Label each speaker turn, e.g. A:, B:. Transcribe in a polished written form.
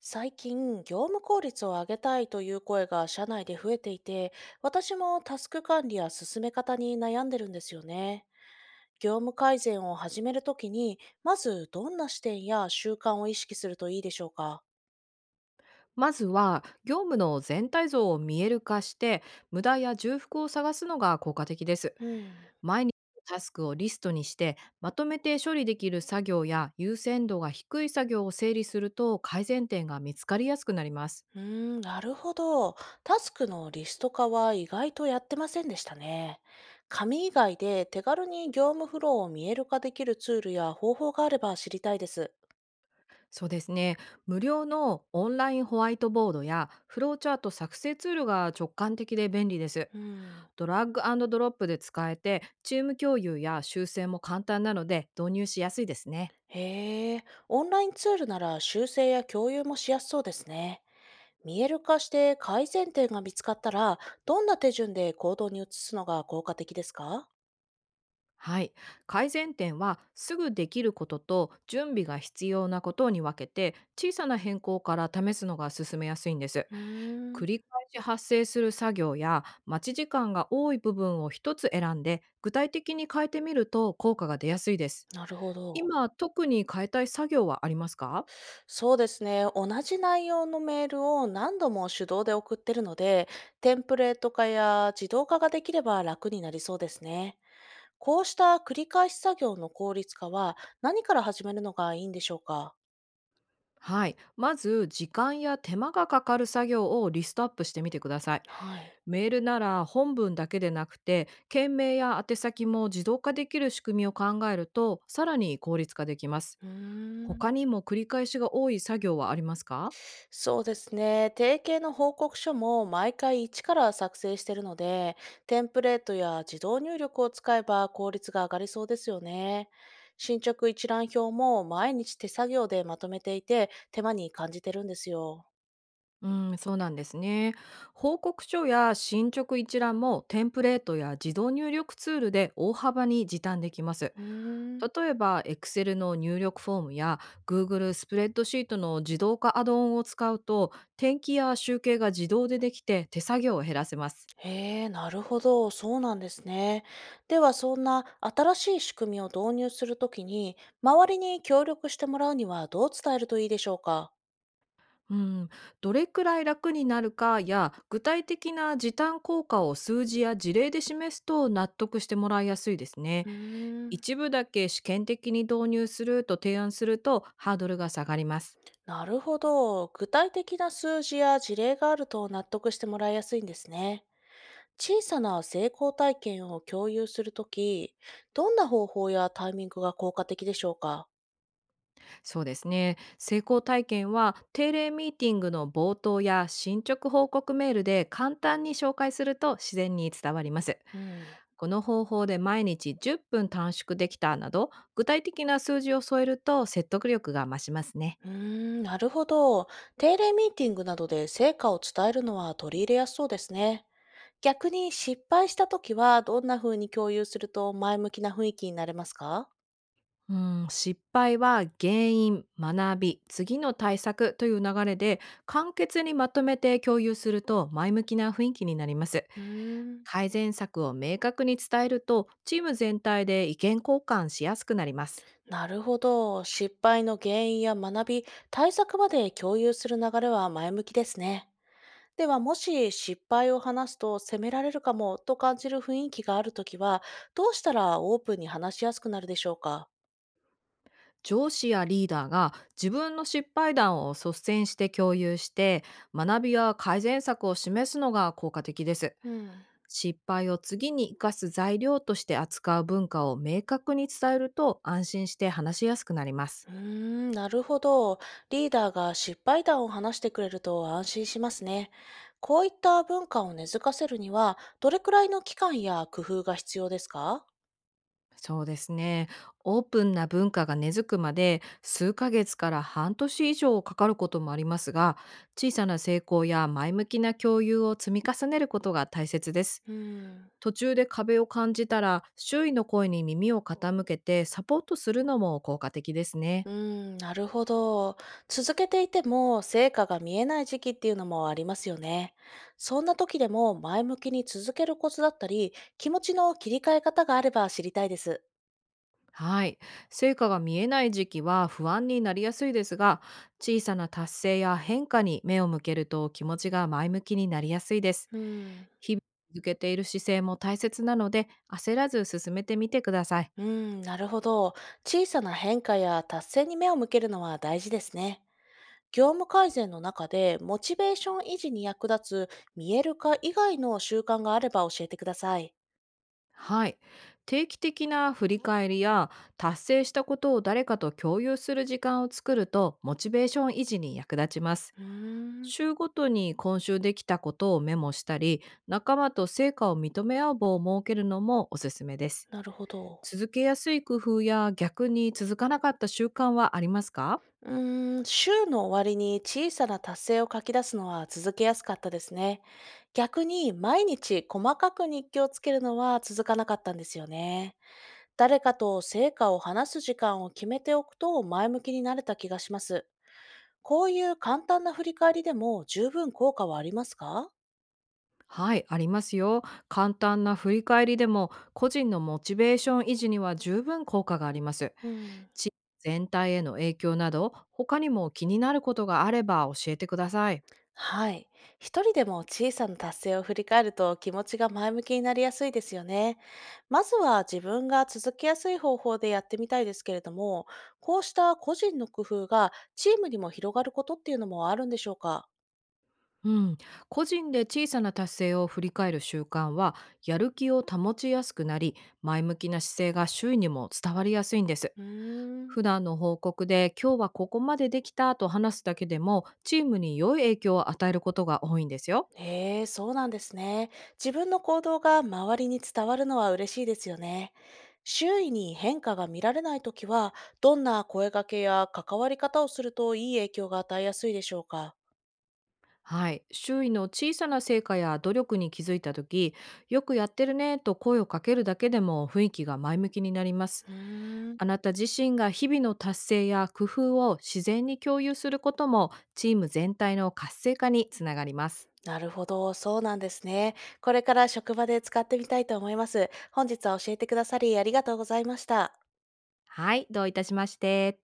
A: 最近、業務効率を上げたいという声が社内で増えていて、私もタスク管理や進め方に悩んでるんですよね。業務改善を始めるときに、まずどんな視点や習慣を意識するといいでしょうか？
B: まずは業務の全体像を見える化して無駄や重複を探すのが効果的です。
A: うん。
B: 毎日のタスクをリストにしてまとめて処理できる作業や優先度が低い作業を整理すると改善点が見つかりやすくなります。
A: うーん、なるほど。タスクのリスト化は意外とやってませんでしたね。紙以外で手軽に業務フローを見える化できるツールや方法があれば知りたいです。
B: そうですね、無料のオンラインホワイトボードやフローチャート作成ツールが直感的で便利です。
A: うん。
B: ドラッグドロップで使えてチーム共有や修正も簡単なので導入しやすいですね。
A: へえ、オンラインツールなら修正や共有もしやすそうですね。見える化して改善点が見つかったら、どんな手順で行動に移すのが効果的ですか？
B: はい。改善点はすぐできることと準備が必要なことに分けて小さな変更から試すのが進めやすいんです。
A: うー
B: 繰
A: ん、
B: り返し発生する作業や待ち時間が多い部分を一つ選んで具体的に変えてみると効果が出やすいです。
A: なるほど。
B: 今特に変えたい作業はありますか？
A: そうですね。同じ内容のメールを何度も手動で送ってるので、テンプレート化や自動化ができれば楽になりそうですね。こうした繰り返し作業の効率化は何から始めるのがいいんでしょうか？
B: はい。まず時間や手間がかかる作業をリストアップしてみてください。
A: はい。
B: メールなら本文だけでなくて件名や宛先も自動化できる仕組みを考えるとさらに効率化できます。
A: うーん。
B: 他にも繰り返しが多い作業はありますか？
A: そうですね。提携の報告書も毎回一から作成しているので、テンプレートや自動入力を使えば効率が上がりそうですよね。進捗一覧表も毎日手作業でまとめていて、手間に感じてるんですよ。
B: うん、そうなんですね。報告書や進捗一覧もテンプレートや自動入力ツールで大幅に時短できます。
A: うーん。
B: 例えば Excel の入力フォームや Google スプレッドシートの自動化アドオンを使うと転記や集計が自動でできて手作業を減らせます。
A: へえ、なるほど。そうなんですね。では、そんな新しい仕組みを導入するときに、周りに協力してもらうにはどう伝えるといいでしょうか？
B: うん、どれくらい楽になるかや具体的な時短効果を数字や事例で示すと納得してもらいやすいですね。
A: うーん。
B: 一部だけ試験的に導入すると提案するとハードルが下がります。
A: なるほど。具体的な数字や事例があると納得してもらいやすいんですね。小さな成功体験を共有するとき、どんな方法やタイミングが効果的でしょうか？
B: そうですね。成功体験は定例ミーティングの冒頭や進捗報告メールで簡単に紹介すると自然に伝わります。
A: うん。
B: この方法で毎日10分短縮できたなど具体的な数字を添えると説得力が増しますね。
A: うーん、なるほど。定例ミーティングなどで成果を伝えるのは取り入れやすそうですね。逆に失敗したときはどんな風に共有すると前向きな雰囲気になれますか？
B: うん、失敗は原因、学び、次の対策という流れで簡潔にまとめて共有すると前向きな雰囲気になります。
A: うーん。
B: 改善策を明確に伝えるとチーム全体で意見交換しやすくなります。
A: なるほど。失敗の原因や学び、対策まで共有する流れは前向きですね。では、もし失敗を話すと責められるかもと感じる雰囲気があるときは、どうしたらオープンに話しやすくなるでしょうか？
B: 上司やリーダーが自分の失敗談を率先して共有して学びや改善策を示すのが効果的です。
A: うん、
B: 失敗を次に生かす材料として扱う文化を明確に伝えると安心して話しやすくなります。
A: うーん、なるほど。リーダーが失敗談を話してくれると安心しますね。こういった文化を根付かせるには、どれくらいの期間や工夫が必要ですか？
B: そうですね。オープンな文化が根付くまで数ヶ月から半年以上かかることもありますが、小さな成功や前向きな共有を積み重ねることが大切です。
A: うん
B: 途中で壁を感じたら、周囲の声に耳を傾けてサポートするのも効果的ですね。
A: うーん、なるほど。続けていても成果が見えない時期っていうのもありますよね。そんな時でも前向きに続けるコツだったり、気持ちの切り替え方があれば知りたいです。
B: はい。成果が見えない時期は不安になりやすいですが、小さな達成や変化に目を向けると気持ちが前向きになりやすいです。
A: うーん、
B: 日々続けている姿勢も大切なので、焦らず進めてみてください。
A: うん、なるほど。小さな変化や達成に目を向けるのは大事ですね。業務改善の中でモチベーション維持に役立つ見える化以外の習慣があれば教えてください。
B: はい。定期的な振り返りや達成したことを誰かと共有する時間を作るとモチベーション維持に役立ちます。
A: うーん、
B: 週ごとに今週できたことをメモしたり、仲間と成果を認め合う場を設けるのもおすすめです。
A: なるほど。
B: 続けやすい工夫や逆に続かなかった習慣はありますか？
A: うーん、週の終わりに小さな達成を書き出すのは続けやすかったですね。逆に毎日細かく日記をつけるのは続かなかったんですよね。誰かと成果を話す時間を決めておくと前向きになれた気がします。こういう簡単な振り返りでも十分効果はありますか？
B: はい、ありますよ。簡単な振り返りでも、個人のモチベーション維持には十分効果があります。
A: うん。
B: 地域全体への影響など、他にも気になることがあれば教えてください。
A: はい。一人でも小さな達成を振り返ると気持ちが前向きになりやすいですよね。まずは自分が続きやすい方法でやってみたいですけれども、こうした個人の工夫がチームにも広がることっていうのもあるんでしょうか？
B: うん、個人で小さな達成を振り返る習慣はやる気を保ちやすくなり、前向きな姿勢が周囲にも伝わりやすいんです。
A: うーん
B: 普段の報告で今日はここまでできたと話すだけでもチームに良い影響を与えることが多いんですよ。
A: へえ、そうなんですね。自分の行動が周りに伝わるのは嬉しいですよね。周囲に変化が見られないときは、どんな声掛けや関わり方をするといい影響が与えやすいでしょうか？
B: はい。周囲の小さな成果や努力に気づいた時、よくやってるねと声をかけるだけでも雰囲気が前向きになります。
A: うーん
B: あなた自身が日々の達成や工夫を自然に共有することもチーム全体の活性化につながります。
A: なるほど、そうなんですね。これから職場で使ってみたいと思います。本日は教えてくださりありがとうございました。
B: はい。どういたしまして。